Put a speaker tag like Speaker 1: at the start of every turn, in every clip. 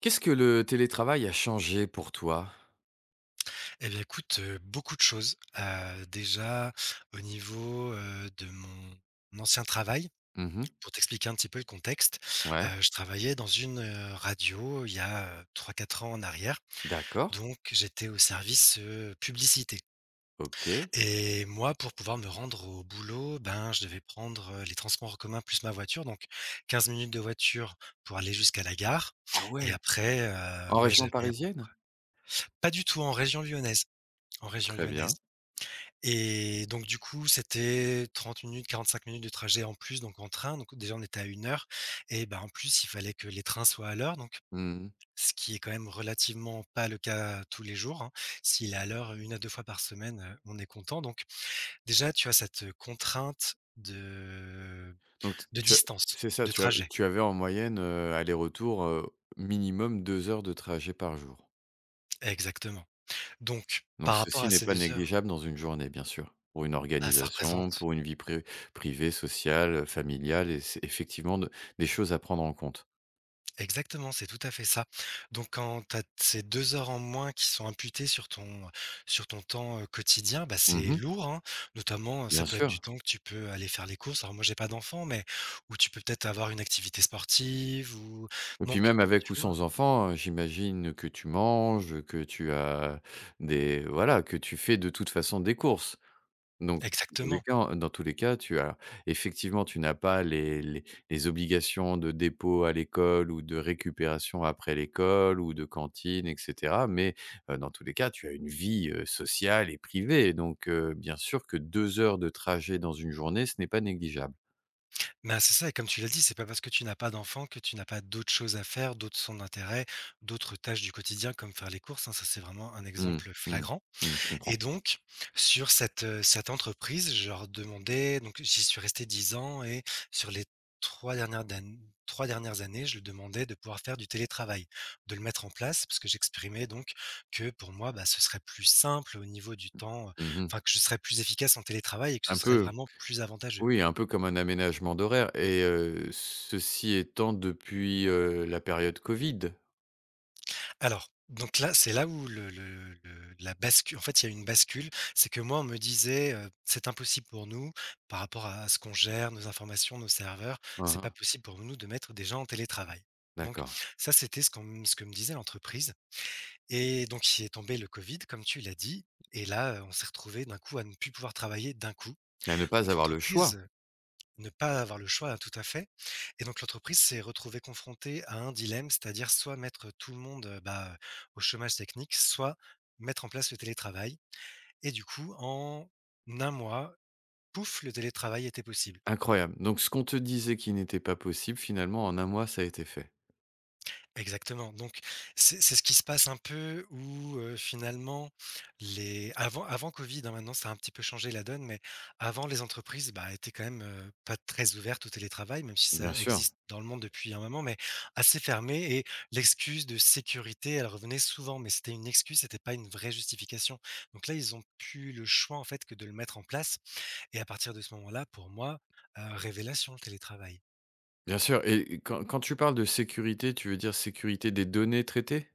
Speaker 1: Qu'est-ce que le télétravail a changé pour toi?
Speaker 2: Eh bien, écoute, beaucoup de choses. Déjà au niveau, de mon ancien travail,
Speaker 1: Mmh.
Speaker 2: pour t'expliquer un petit peu le contexte,
Speaker 1: Ouais,
Speaker 2: je travaillais dans une, radio il y a, 3-4 ans en arrière,
Speaker 1: d'accord,
Speaker 2: donc j'étais au service, publicité.
Speaker 1: OK.
Speaker 2: Et moi, pour pouvoir me rendre au boulot, ben, je devais prendre, les transports en commun plus ma voiture, donc 15 minutes de voiture pour aller jusqu'à la gare.
Speaker 1: Ah
Speaker 2: Et
Speaker 1: ouais,
Speaker 2: après,
Speaker 1: en
Speaker 2: ouais,
Speaker 1: région
Speaker 2: j'avais
Speaker 1: parisienne?
Speaker 2: pas du tout en région lyonnaise, en région
Speaker 1: Très
Speaker 2: lyonnaise.
Speaker 1: bien.
Speaker 2: Et donc du coup, c'était 30 minutes, 45 minutes de trajet en plus, donc en train. Donc déjà, on était à une heure et bah, en plus, il fallait que les trains soient à l'heure, donc
Speaker 1: Mmh.
Speaker 2: ce qui est quand même relativement pas le cas tous les jours, hein. S'il est à l'heure une à 2 fois par semaine, on est content. Donc déjà, tu as cette contrainte de
Speaker 1: Donc t
Speaker 2: de
Speaker 1: tu as,
Speaker 2: distance,
Speaker 1: c'est ça,
Speaker 2: de
Speaker 1: tu a
Speaker 2: trajet.
Speaker 1: tu avais en moyenne, aller-retour, minimum 2 heures de trajet par jour.
Speaker 2: Exactement. Donc
Speaker 1: Donc
Speaker 2: par rapport
Speaker 1: ceci
Speaker 2: à
Speaker 1: n'est
Speaker 2: ces
Speaker 1: pas
Speaker 2: 2 heures,
Speaker 1: négligeable dans une journée, bien sûr. Pour une
Speaker 2: bah, ça
Speaker 1: organisation,
Speaker 2: représente.
Speaker 1: pour une vie pré privée, sociale, familiale, et c'est effectivement de des choses à prendre en compte.
Speaker 2: Exactement, c'est tout à fait ça. Donc, quand tu as ces 2 heures en moins qui sont imputées sur ton temps, quotidien, bah, c'est
Speaker 1: Mmh.
Speaker 2: lourd, hein. Notamment, ça
Speaker 1: Bien
Speaker 2: peut être du
Speaker 1: sûr.
Speaker 2: temps que tu peux aller faire les courses. Alors moi, j'ai pas d'enfant, mais où tu peux peut-être avoir une activité sportive ou
Speaker 1: Et puis
Speaker 2: donc
Speaker 1: même avec
Speaker 2: tu
Speaker 1: ou
Speaker 2: vois?
Speaker 1: sans enfant, j'imagine que tu manges, que tu as des voilà, que tu fais de toute façon des courses. Donc dans tous les
Speaker 2: Exactement.
Speaker 1: cas dans tous les cas, tu as effectivement, tu n'as pas les obligations de dépôt à l'école ou de récupération après l'école ou de cantine, et cetera. Mais, dans tous les cas, tu as une vie, sociale et privée. Donc, bien sûr que 2 heures de trajet dans une journée, ce n'est pas négligeable.
Speaker 2: Bah, c'est ça et comme tu l'as dit, c'est pas parce que tu n'as pas d'enfant que tu n'as pas d'autres choses à faire, d'autres centres d'intérêt, d'autres tâches du quotidien comme faire les courses, hein. Ça, c'est vraiment un
Speaker 1: Mmh,
Speaker 2: exemple
Speaker 1: mmh,
Speaker 2: flagrant.
Speaker 1: mmh, je
Speaker 2: Et
Speaker 1: comprends.
Speaker 2: donc, sur cette entreprise, je leur demandais, donc j'y suis resté 10 ans, et sur les 3 dernières dan 3 dernières années, je lui demandais de pouvoir faire du télétravail, de le mettre en place parce que j'exprimais donc que pour moi, bah, ce serait plus simple au niveau du temps,
Speaker 1: Mmh.
Speaker 2: enfin que je serais plus efficace en télétravail et que ce
Speaker 1: Un
Speaker 2: serait
Speaker 1: peu
Speaker 2: vraiment plus avantageux.
Speaker 1: Oui, un peu comme un aménagement d'horaire, et ceci étant depuis, la période Covid?
Speaker 2: Alors, donc là, c'est là où le la bascule. En fait, il y a une bascule. C'est que moi, on me disait, «C'est impossible pour nous par rapport à ce qu'on gère, nos informations, nos serveurs,
Speaker 1: Mmh
Speaker 2: c'est pas
Speaker 1: mh.
Speaker 2: possible pour nous de mettre des gens en télétravail.» Donc
Speaker 1: D'accord.
Speaker 2: ça, c'était ce que me disait l'entreprise. Et donc il est tombé le covid, comme tu l'as dit, et là, on s'est retrouvé d'un coup à ne plus pouvoir travailler d'un coup.
Speaker 1: Et à ne pas
Speaker 2: Donc
Speaker 1: avoir le
Speaker 2: l'entreprise
Speaker 1: choix.
Speaker 2: ne pas avoir le choix, hein, tout à fait. Et donc l'entreprise s'est retrouvée confrontée à un dilemme, c'est-à-dire soit mettre tout le monde, bah, au chômage technique, soit mettre en place le télétravail. Et du coup, en un mois, pouf, le télétravail était possible.
Speaker 1: Incroyable. Donc ce qu'on te disait qui n'était pas possible, finalement, en un mois, ça a été fait.
Speaker 2: Exactement, donc c'est ce qui se passe un peu où, finalement, les avant avant covid, hein, maintenant ça a un petit peu changé la donne, mais avant les entreprises, bah, étaient quand même, pas très ouvertes au télétravail, même si
Speaker 1: Bien
Speaker 2: ça
Speaker 1: sûr,
Speaker 2: existe dans le monde depuis un moment, mais assez fermées. Et l'excuse de sécurité, elle revenait souvent, mais c'était une excuse, c'était pas une vraie justification. Donc là, ils ont plus le choix en fait que de le mettre en place, et à partir de ce moment-là, pour moi, révélation, le télétravail.
Speaker 1: bien sûr, et quand tu parles de sécurité, tu veux dire sécurité des données traitées?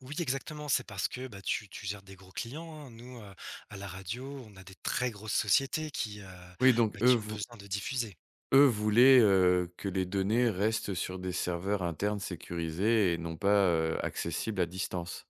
Speaker 2: Oui, exactement. C'est parce que bah, tu gères des gros clients, hein. Nous, à la radio, on a des très grosses sociétés qui, euh,
Speaker 1: Oui, donc
Speaker 2: bah, qui ont besoin de diffuser.
Speaker 1: eux voulaient, que les données restent sur des serveurs internes sécurisés et non pas, accessibles à distance.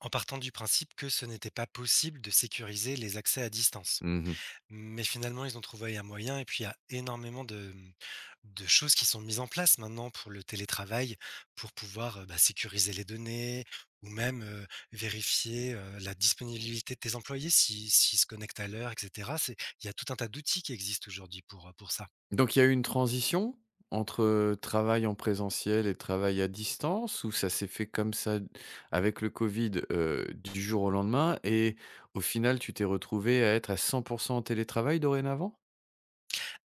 Speaker 2: En partant du principe que ce n'était pas possible de sécuriser les accès à distance.
Speaker 1: Mmh.
Speaker 2: Mais finalement, ils ont trouvé un moyen, et puis il y a énormément de choses qui sont mises en place maintenant pour le télétravail, pour pouvoir, bah, sécuriser les données ou même, vérifier, la disponibilité de tes employés si s'ils se connectent à l'heure et cetera. C'est Il y a tout un tas d'outils qui existent aujourd'hui pour ça.
Speaker 1: Donc il y a eu une transition entre, travail en présentiel et travail à distance, ou ça s'est fait comme ça avec le Covid, du jour au lendemain, et au final tu t'es retrouvé à être à 100% en télétravail dorénavant?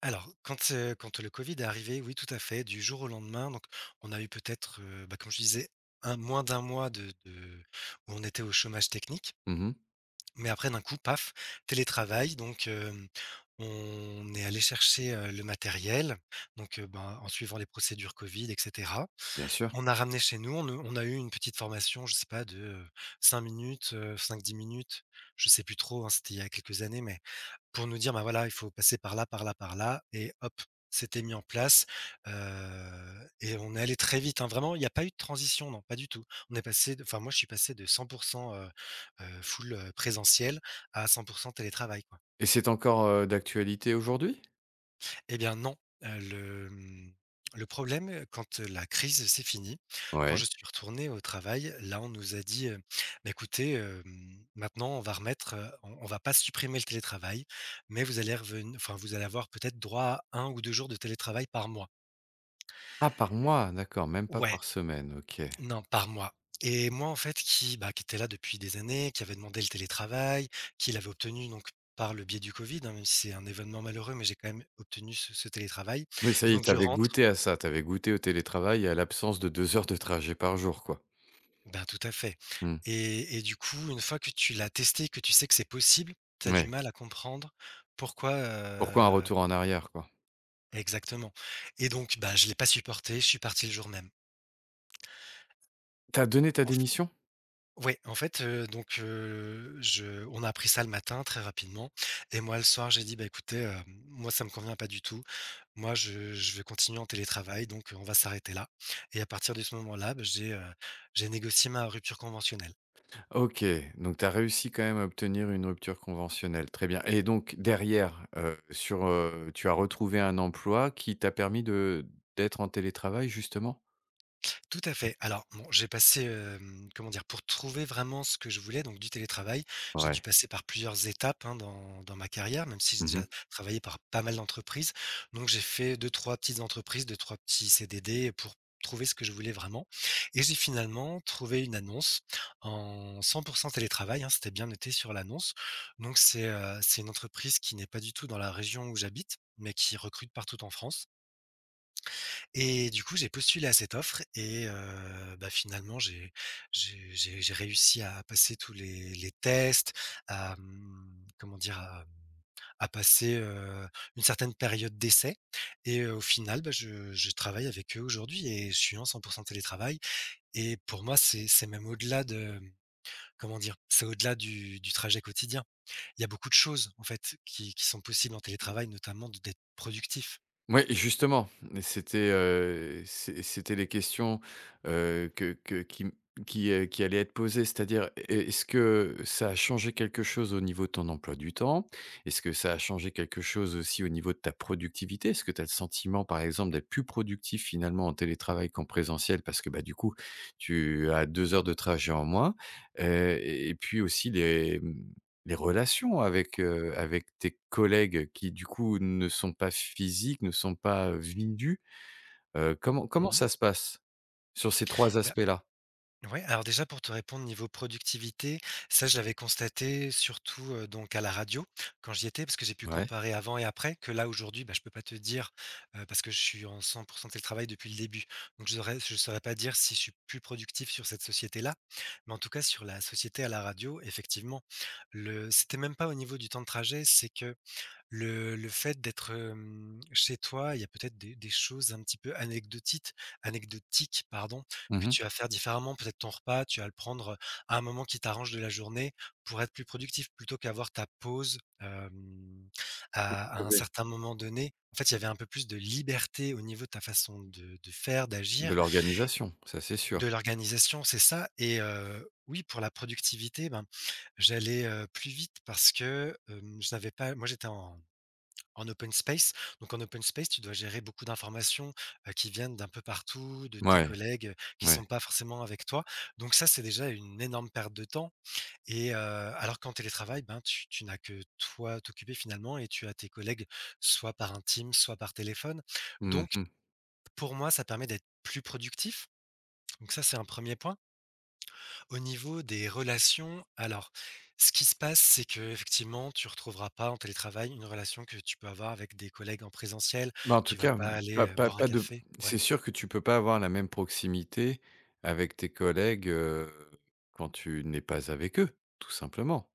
Speaker 2: Alors quand le covid est arrivé, oui tout à fait, du jour au lendemain. Donc on a eu peut-être, bah, comme je disais, un moins d'un mois de où on était au chômage technique.
Speaker 1: Mmh.
Speaker 2: Mais après d'un coup, paf, télétravail donc hem, on est allé chercher, le matériel, donc ben, en suivant les procédures Covid et cetera.
Speaker 1: Bien sûr.
Speaker 2: On a ramené chez nous, on ne on a eu une petite formation, je sais pas de, cinq dix minutes, je sais plus trop, hein, c'était il y a quelques années, mais pour nous dire: «Bah, voilà, il faut passer par là, par là, par là.» Et hop, c'était mis en place, heu, et on est allé très vite, hein. Vraiment, il n'y a pas eu de transition, non, pas du tout. On est passé de enfin moi, je suis passé de 100%, heu full, présentiel à 100% télétravail, quoi.
Speaker 1: Et c'est encore, d'actualité aujourd'hui?
Speaker 2: Eh bien non, heu, le, mmh, le problème, quand la crise c'est fini, quand je
Speaker 1: Ouais.
Speaker 2: suis retourné au travail, là on nous a dit, «Bah écoutez, hem, maintenant on va pas supprimer le télétravail, mais vous allez reven enfin vous allez avoir peut-être droit à un ou 2 jours de télétravail par mois.»
Speaker 1: Ah, par mois, d'accord, même pas
Speaker 2: Ouais,
Speaker 1: par semaine, OK.
Speaker 2: non, par mois. Et moi en fait qui était là depuis des années, qui avait demandé le télétravail, qui l'avait obtenu donc par le biais du covid, hein, même si c'est un événement malheureux, mais j'ai quand même obtenu ce télétravail,
Speaker 1: Oui, ça
Speaker 2: et
Speaker 1: y est,
Speaker 2: donc
Speaker 1: tu
Speaker 2: je
Speaker 1: avais
Speaker 2: rentre.
Speaker 1: goûté à ça, tu avais goûté au télétravail et à l'absence de 2 heures de trajet par jour, quoi?
Speaker 2: Ben, tout à fait.
Speaker 1: Mmh.
Speaker 2: Et du coup, une fois que tu l'as testé, que tu sais que c'est possible, tu as du
Speaker 1: Ouais.
Speaker 2: mal à comprendre pourquoi,
Speaker 1: Pourquoi un
Speaker 2: heu,
Speaker 1: retour en arrière, quoi?
Speaker 2: exactement. Et donc, bah, je l'ai pas supporté, je suis parti le jour même.
Speaker 1: T'as donné ta
Speaker 2: En f
Speaker 1: démission?
Speaker 2: Ouais, en fait, donc, je on a appris ça le matin très rapidement, et moi le soir, j'ai dit: «Bah, écoutez, hem, moi ça me convient pas du tout. Moi je vais continuer en télétravail donc, on va s'arrêter là.» Et à partir de ce moment-là, bah, j'ai négocié ma rupture conventionnelle.
Speaker 1: OK, donc tu as réussi quand même à obtenir une rupture conventionnelle, très bien, et donc derrière, tu as retrouvé un emploi qui t'a permis de d'être en télétravail, justement?
Speaker 2: Tout à fait. Alors, bon, j'ai passé, hem, comment dire? Pour trouver vraiment ce que je voulais, donc du télétravail, j'ai dû
Speaker 1: Ouais.
Speaker 2: passer par plusieurs étapes, hein, dans ma carrière, même si j'ai
Speaker 1: Mmh.
Speaker 2: déjà travaillé par pas mal d'entreprises. Donc j'ai fait deux trois petites entreprises, deux trois petits CDD pour trouver ce que je voulais vraiment, et j'ai finalement trouvé une annonce en 100% télétravail, hein, c'était bien noté sur l'annonce. Donc c'est une entreprise qui n'est pas du tout dans la région où j'habite, mais qui recrute partout en France. Et du coup, j'ai postulé à cette offre, et bah, finalement, j'ai réussi à passer tous les tests, à, mmh, comment dire? À passer, une certaine période d'essai. Et au final, bah, je travaille avec eux aujourd'hui, et je suis en 100% télétravail, et pour moi, c'est même au-delà de, mmh, comment dire? C'est au-delà du trajet quotidien. Il y a beaucoup de choses, en fait, qui sont possibles en télétravail, notamment de d'être productif.
Speaker 1: Ouais, et justement, et c'était les questions, que qui m qui allaient être posées. C'est-à-dire, est-ce que ça a changé quelque chose au niveau de ton emploi du temps? Est-ce que ça a changé quelque chose aussi au niveau de ta productivité? Est-ce que tu as le sentiment, par exemple, d'être plus productif finalement en télétravail qu'en présentiel? Parce que, bah, du coup, tu as 2 heures de trajet en moins, et puis aussi les relations avec tes collègues qui, du coup, ne sont pas physiques, ne sont pas, vidus, comment
Speaker 2: Mmh,
Speaker 1: ça se passe sur ces 3 aspects-là?
Speaker 2: ouais, alors déjà pour te répondre niveau productivité, ça je l'avais constaté surtout, donc à la radio quand j'y étais, parce que j'ai pu
Speaker 1: Ouais.
Speaker 2: comparer avant et après. Que là aujourd'hui, bah, je peux pas te dire, parce que je suis en 100% télétravail depuis le début. Donc je saurais pas dire si je suis plus productif sur cette société-là. Mais en tout cas sur la société à la radio, effectivement, le c'était même pas au niveau du temps de trajet, c'est que le fait d'être, hem, chez toi, il y a peut-être des choses un petit peu anecdotiques anecdotiques, pardon, que
Speaker 1: Mmh.
Speaker 2: tu vas faire différemment. Peut-être ton repas, tu vas le prendre, à un moment qui t'arrange de la journée pour être plus productif plutôt qu'avoir ta pause, hem, à un
Speaker 1: Ouais.
Speaker 2: certain moment donné. En fait, il y avait un peu plus de liberté au niveau de ta façon de faire,
Speaker 1: De
Speaker 2: d'agir,
Speaker 1: l'organisation, ça c'est sûr.
Speaker 2: de l'organisation, c'est ça. Et oui, pour la productivité, ben, j'allais, plus vite parce que, hem, je n'avais pas moi, j'étais en open space. Donc en open space, tu dois gérer beaucoup d'informations, qui viennent d'un peu partout, de tes
Speaker 1: Ouais,
Speaker 2: collègues, qui sont
Speaker 1: ouais.
Speaker 2: pas forcément avec toi. Donc ça, c'est déjà une énorme perte de temps. Et alors qu'en télétravail, ben, tu n'as que toi à t'occuper finalement, et tu as tes collègues soit par un team, soit par téléphone. Donc
Speaker 1: Mmh.
Speaker 2: pour moi, ça permet d'être plus productif. Donc ça, c'est un premier point. Au niveau des relations, alors, ce qui se passe, c'est que effectivement, tu retrouveras pas en télétravail une relation que tu peux avoir avec des collègues en présentiel.
Speaker 1: Mais en
Speaker 2: Tu
Speaker 1: tout
Speaker 2: vas
Speaker 1: cas,
Speaker 2: pas aller,
Speaker 1: pas pas
Speaker 2: boire un
Speaker 1: pas de.
Speaker 2: café, ouais.
Speaker 1: C'est sûr que tu peux pas avoir la même proximité avec tes collègues, quand tu n'es pas avec eux, tout simplement.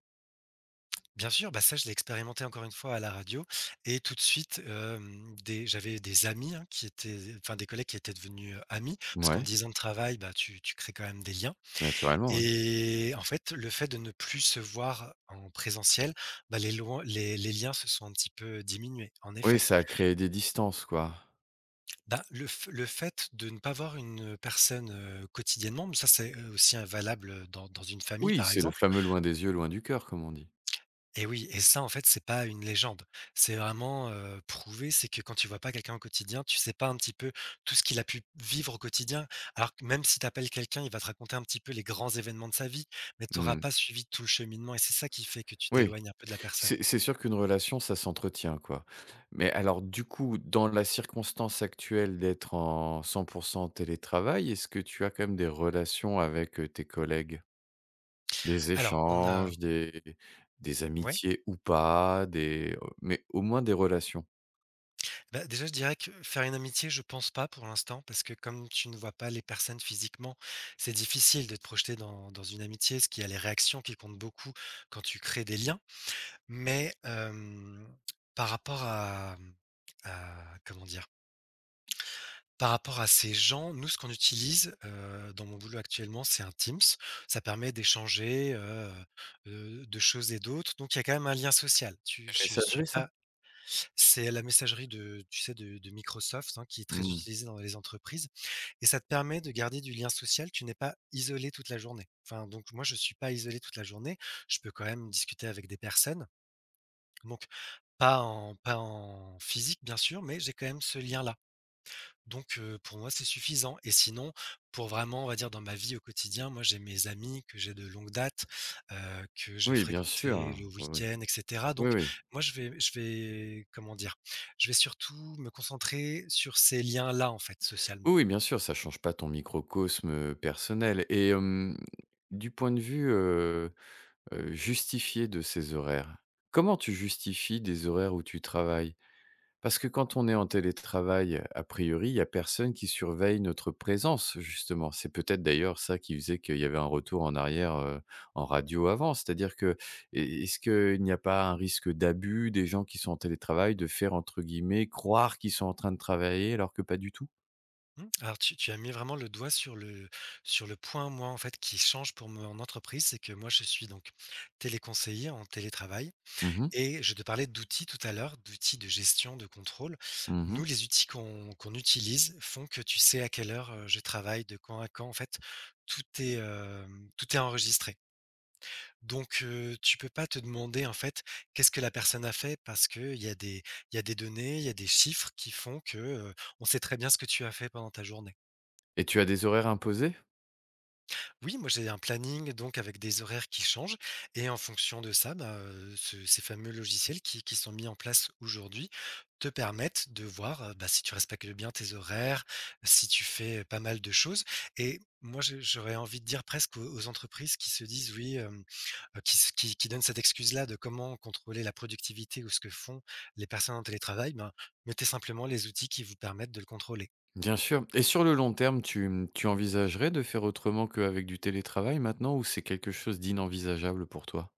Speaker 2: Bien sûr, bah, ça, je l'ai expérimenté encore une fois à la radio et tout de suite, hem, des j'avais des amis, hein, qui étaient des collègues qui étaient devenus, amis parce qu'en
Speaker 1: Ouais.
Speaker 2: 10 ans de travail, bah, tu crées quand même des liens
Speaker 1: Naturellement, ouais.
Speaker 2: et en fait, le fait de ne plus se voir en présentiel, bah, les loin les liens se sont un petit peu diminués, en
Speaker 1: Oui,
Speaker 2: effet.
Speaker 1: ça a créé des distances, quoi.
Speaker 2: Le fait de ne pas voir une personne, quotidiennement, mais ça, c'est, aussi, hein, valable dans une famille,
Speaker 1: Oui,
Speaker 2: par
Speaker 1: c'est le
Speaker 2: exemple
Speaker 1: fameux loin des yeux, loin du cœur, comme on dit.
Speaker 2: et oui, et ça, en fait, c'est pas une légende. C'est vraiment, prouvé, c'est que quand tu vois pas quelqu'un au quotidien, tu sais pas un petit peu tout ce qu'il a pu vivre au quotidien. Alors que même si t'appelles quelqu'un, il va te raconter un petit peu les grands événements de sa vie, mais t'auras
Speaker 1: Mmh.
Speaker 2: pas suivi tout le cheminement et c'est ça qui fait que tu
Speaker 1: Oui,
Speaker 2: t'éloignes un peu de la personne.
Speaker 1: c'est sûr qu'une relation, ça s'entretient, quoi. Mais alors, du coup, dans la circonstance actuelle d'être en 100% télétravail, est-ce que tu as quand même des relations avec, tes collègues? Des
Speaker 2: Alors on a
Speaker 1: échanges, des
Speaker 2: ouais?
Speaker 1: amitiés ou pas, des mais au moins des relations?
Speaker 2: Bah, déjà, je dirais que faire une amitié, je pense pas pour l'instant, parce que comme tu ne vois pas les personnes physiquement, c'est difficile de te projeter dans une amitié, ce qui a les réactions qui comptent beaucoup quand tu crées des liens. Mais par rapport comment dire, par rapport à ces gens, nous, ce qu'on utilise, dans mon boulot actuellement, c'est un Teams. Ça permet d'échanger, de choses et d'autres. Donc, il y a quand même un lien social. Tu,
Speaker 1: Une
Speaker 2: je, suis
Speaker 1: messagerie, ça?
Speaker 2: pas C'est la messagerie de, tu sais, de Microsoft, hein, qui est très
Speaker 1: Mmh.
Speaker 2: utilisée dans les entreprises et ça te permet de garder du lien social. Tu n'es pas isolé toute la journée. Enfin, donc moi, je suis pas isolé toute la journée. Je peux quand même discuter avec des personnes, donc pas en physique, bien sûr, mais j'ai quand même ce lien-là. Donc, pour moi, c'est suffisant et sinon, pour vraiment, on va dire, dans ma vie au quotidien, moi, j'ai mes amis que j'ai de longue date, que je vais
Speaker 1: Oui, bien
Speaker 2: fréquenter
Speaker 1: sûr.
Speaker 2: le
Speaker 1: Oui, oui.
Speaker 2: week-end, et cetera.
Speaker 1: Oui,
Speaker 2: Donc
Speaker 1: oui.
Speaker 2: moi, je vais comment dire? Je vais surtout me concentrer sur ces liens-là, en fait,
Speaker 1: Oui,
Speaker 2: socialement.
Speaker 1: oui, bien sûr, ça change pas ton microcosme, personnel, et du point de vue, justifié de ces horaires, comment tu justifies des horaires où tu travailles? Parce que quand on est en télétravail, a priori, il y a personne qui surveille notre présence, justement. C'est peut-être d'ailleurs ça qui faisait qu'il y avait un retour en arrière, en radio avant. C'est-à-dire que, est-ce qu'il n'y a pas un risque d'abus des gens qui sont en télétravail, de faire, entre guillemets «croire» qu'ils sont en train de travailler alors que pas du tout?
Speaker 2: Mmh, alors tu as mis vraiment le doigt sur le point, moi, en fait, qui change pour mon entreprise, c'est que moi, je suis donc téléconseiller en télétravail.
Speaker 1: Mmh mh.
Speaker 2: Et je te parlais d'outils tout à l'heure, d'outils de gestion, de contrôle. Nous,
Speaker 1: Mmh.
Speaker 2: les outils qu'on utilise font que tu sais à quelle heure, je travaille, de quand à quand. En fait, tout est enregistré. Donc, tu peux pas te demander, en fait, qu'est-ce que la personne a fait parce qu'il y a des données, il y a des chiffres qui font que, on sait très bien ce que tu as fait pendant ta journée.
Speaker 1: Et tu as des horaires imposés?
Speaker 2: Oui, moi j'ai un planning donc avec des horaires qui changent et en fonction de ça, bah, ce ces fameux logiciels qui sont mis en place aujourd'hui te permettent de voir, bah, si tu respectes bien tes horaires, si tu fais pas mal de choses, et moi je j'aurais envie de dire presque aux entreprises qui se disent oui, qui se qui donnent cette excuse-là de comment contrôler la productivité ou ce que font les personnes en télétravail, ben, mettez simplement les outils qui vous permettent de le contrôler.
Speaker 1: Bien sûr. Et sur le long terme, tu envisagerais de faire autrement qu'avec du télétravail maintenant, ou c'est quelque chose d'inenvisageable pour toi?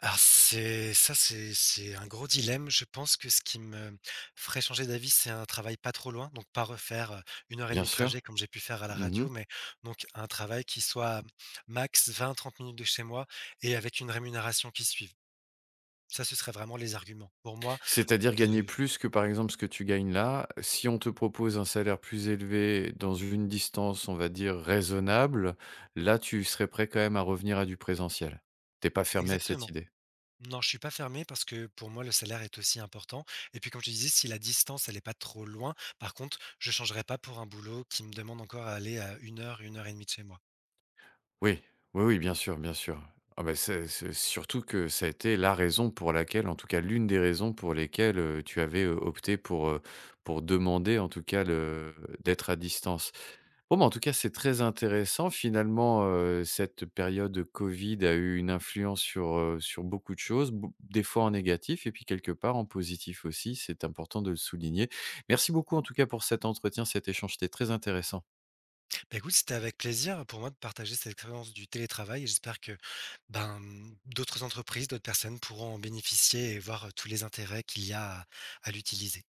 Speaker 2: Alors c'est ça, c'est un gros dilemme. Je pense que ce qui me ferait changer d'avis, c'est un travail pas trop loin, donc pas refaire, 1 heure et
Speaker 1: Bien
Speaker 2: demie de trajet
Speaker 1: sûr.
Speaker 2: comme j'ai pu faire à la
Speaker 1: Mmh.
Speaker 2: radio, mais donc un travail qui soit max 20 à 30 minutes de chez moi et avec une rémunération qui suive. Ça, ce serait vraiment les arguments pour moi
Speaker 1: C'est-à-dire gagner
Speaker 2: de
Speaker 1: plus que par exemple ce que tu gagnes là, si on te propose un salaire plus élevé dans une distance, on va dire raisonnable, là tu serais prêt quand même à revenir à du présentiel? T'es pas fermé à cette
Speaker 2: exactement.
Speaker 1: idée?
Speaker 2: Non, je suis pas fermé parce que pour moi, le salaire est aussi important et puis comme je te disais, si la distance, elle est pas trop loin, par contre, je changerais pas pour un boulot qui me demande encore à aller à 1 heure, 1 heure et demie de chez moi.
Speaker 1: Oui, oui, oui, bien sûr, bien sûr. Ah bah, c'est surtout que ça a été la raison pour laquelle, en tout cas l'une des raisons pour lesquelles, tu avais, opté pour demander en tout cas le d'être à distance. Bon, mais en tout cas, c'est très intéressant finalement, cette période Covid a eu une influence sur beaucoup de choses, bou des fois en négatif et puis quelque part en positif aussi, c'est important de le souligner. Merci beaucoup en tout cas pour cet entretien, cet échange, c'était très intéressant.
Speaker 2: Bah, écoute, c'était avec plaisir pour moi de partager cette expérience du télétravail et j'espère que, ben, d'autres entreprises, d'autres personnes pourront en bénéficier et voir tous les intérêts qu'il y a à l'utiliser.